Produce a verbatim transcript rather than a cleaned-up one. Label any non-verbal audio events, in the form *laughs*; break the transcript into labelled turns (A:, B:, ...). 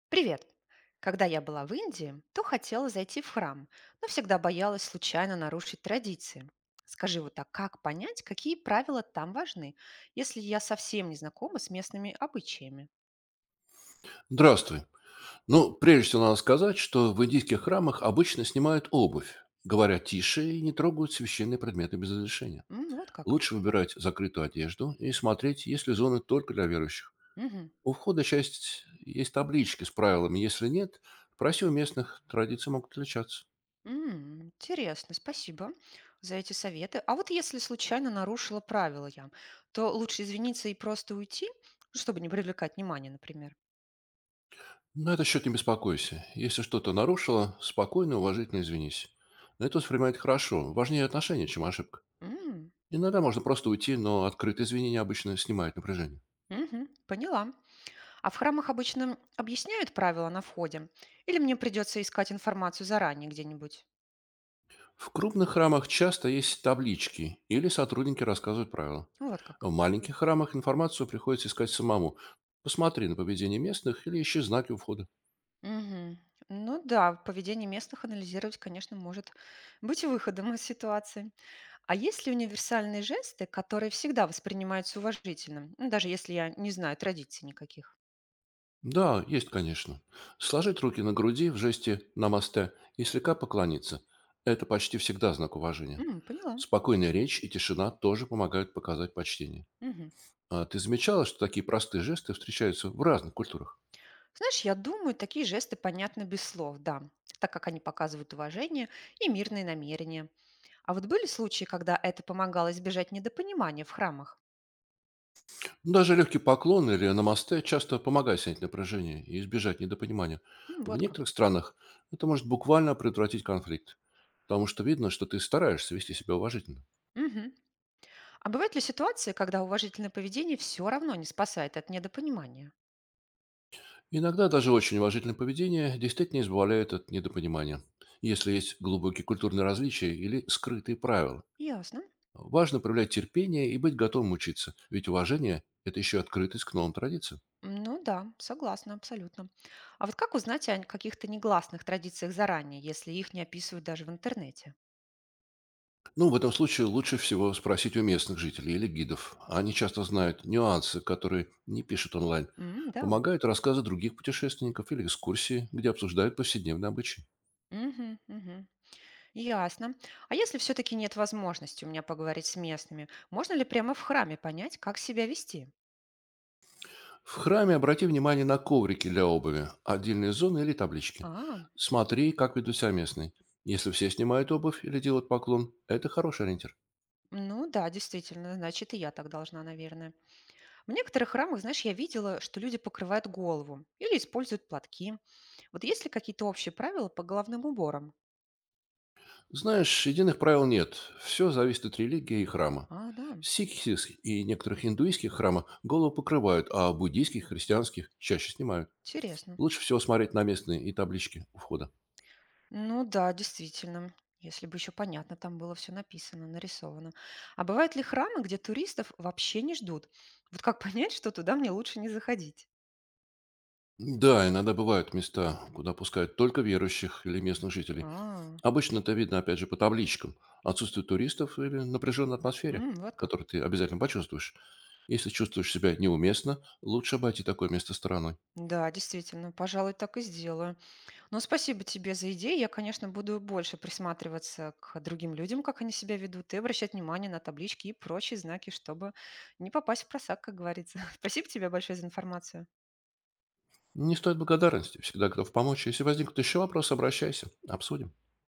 A: Привет! Когда я была в Индии, то хотела зайти в храм, но всегда боялась случайно нарушить традиции. Скажи вот так, как понять, какие правила там важны, если я совсем не знакома с местными обычаями?
B: Здравствуй. Ну, прежде всего надо сказать, что в индийских храмах обычно снимают обувь, говорят тише и не трогают священные предметы без разрешения.
A: М, вот как.
B: Лучше выбирать закрытую одежду и смотреть, есть ли зоны только для верующих.
A: Мгм.
B: У входа часть есть таблички с правилами. Если нет, проси у местных, традиции могут отличаться.
A: М, интересно, спасибо за эти советы. А вот если случайно нарушила правила я, то лучше извиниться и просто уйти, ну, чтобы не привлекать внимания, например.
B: На этот счет не беспокойся. Если что-то нарушило, спокойно и уважительно извинись. Но это воспринимает хорошо. Важнее отношение, чем ошибка.
A: М,
B: Иногда можно просто уйти, но открытые извинения обычно снимают напряжение.
A: мгм, поняла. А в храмах обычно объясняют правила на входе? Или мне придется искать информацию заранее где-нибудь?
B: В крупных храмах часто есть таблички или сотрудники рассказывают правила.
A: Ну, вот
B: В
A: как.
B: маленьких храмах информацию приходится искать самому. Посмотри на поведение местных или ищи знаки у входа.
A: Мгм. Ну да, поведение местных анализировать, конечно, может быть выходом из ситуации. А есть ли универсальные жесты, которые всегда воспринимаются уважительно, ну, даже если я не знаю традиций никаких?
B: Да, есть, конечно. Сложить руки на груди в жесте «намасте» и слегка поклониться. Это почти всегда знак уважения.
A: М, поняла.
B: Спокойная речь и тишина тоже помогают показать почтение.
A: Мгм.
B: А ты замечала, что такие простые жесты встречаются в разных культурах?
A: Знаешь, я думаю, такие жесты понятны без слов, да, так как они показывают уважение и мирные намерения. А вот были случаи, когда это помогало избежать недопонимания в храмах?
B: Ну, даже легкий поклон или намасте часто помогает снять напряжение и избежать недопонимания.
A: М,
B: В
A: вот как.
B: некоторых странах это может буквально предотвратить конфликт, потому что видно, что ты стараешься вести себя уважительно.
A: Мгм. А бывают ли ситуации, когда уважительное поведение все равно не спасает от недопонимания?
B: Иногда даже очень уважительное поведение действительно избавляет от недопонимания, если есть глубокие культурные различия или скрытые правила.
A: Ясно.
B: Важно проявлять терпение и быть готовым учиться, ведь уважение — это еще открытость к новым традициям.
A: Ну да, согласна, абсолютно. А вот как узнать о каких-то негласных традициях заранее, если их не описывают даже в интернете?
B: Ну, в этом случае лучше всего спросить у местных жителей или гидов. Они часто знают нюансы, которые не пишут онлайн.
A: М, да.
B: Помогают рассказы других путешественников или экскурсии, где обсуждают повседневные обычаи.
A: Мгм, мгм. Ясно. А если все-таки нет возможности у меня поговорить с местными, можно ли прямо в храме понять, как себя вести?
B: В храме обрати внимание на коврики для обуви, отдельные зоны или таблички.
A: А,
B: Смотри, как ведут себя местные. Если все снимают обувь или делают поклон, это хороший ориентир.
A: ну да, действительно, значит, и я так должна, наверное. В некоторых храмах, знаешь, я видела, что люди покрывают голову или используют платки. Вот есть ли какие-то общие правила по головным уборам?
B: Знаешь, единых правил нет. Все зависит от религии и храма.
A: А, да,
B: В сикхских и некоторых индуистских храмах голову покрывают, а буддийских, христианских чаще снимают.
A: интересно.
B: Лучше всего смотреть на местные и таблички у входа.
A: Ну да, действительно. Если бы еще понятно, там было все написано, нарисовано. А бывают ли храмы, где туристов вообще не ждут? Вот как понять, что туда мне лучше не заходить?
B: Да, иногда бывают места, куда пускают только верующих или местных жителей.
A: А,
B: Обычно это видно, опять же, по табличкам. Отсутствие туристов или напряженной атмосфере,
A: м, вот как.
B: которую ты обязательно почувствуешь. Если чувствуешь себя неуместно, лучше обойти такое место стороной.
A: Да, действительно, пожалуй, так и сделаю. Но спасибо тебе за идеи. Я, конечно, буду больше присматриваться к другим людям, как они себя ведут, и обращать внимание на таблички и прочие знаки, чтобы не попасть в просак, как говорится. *laughs* Спасибо тебе большое за информацию.
B: Не стоит благодарности. Всегда готов помочь. Если возникнут еще вопросы, обращайся. Обсудим.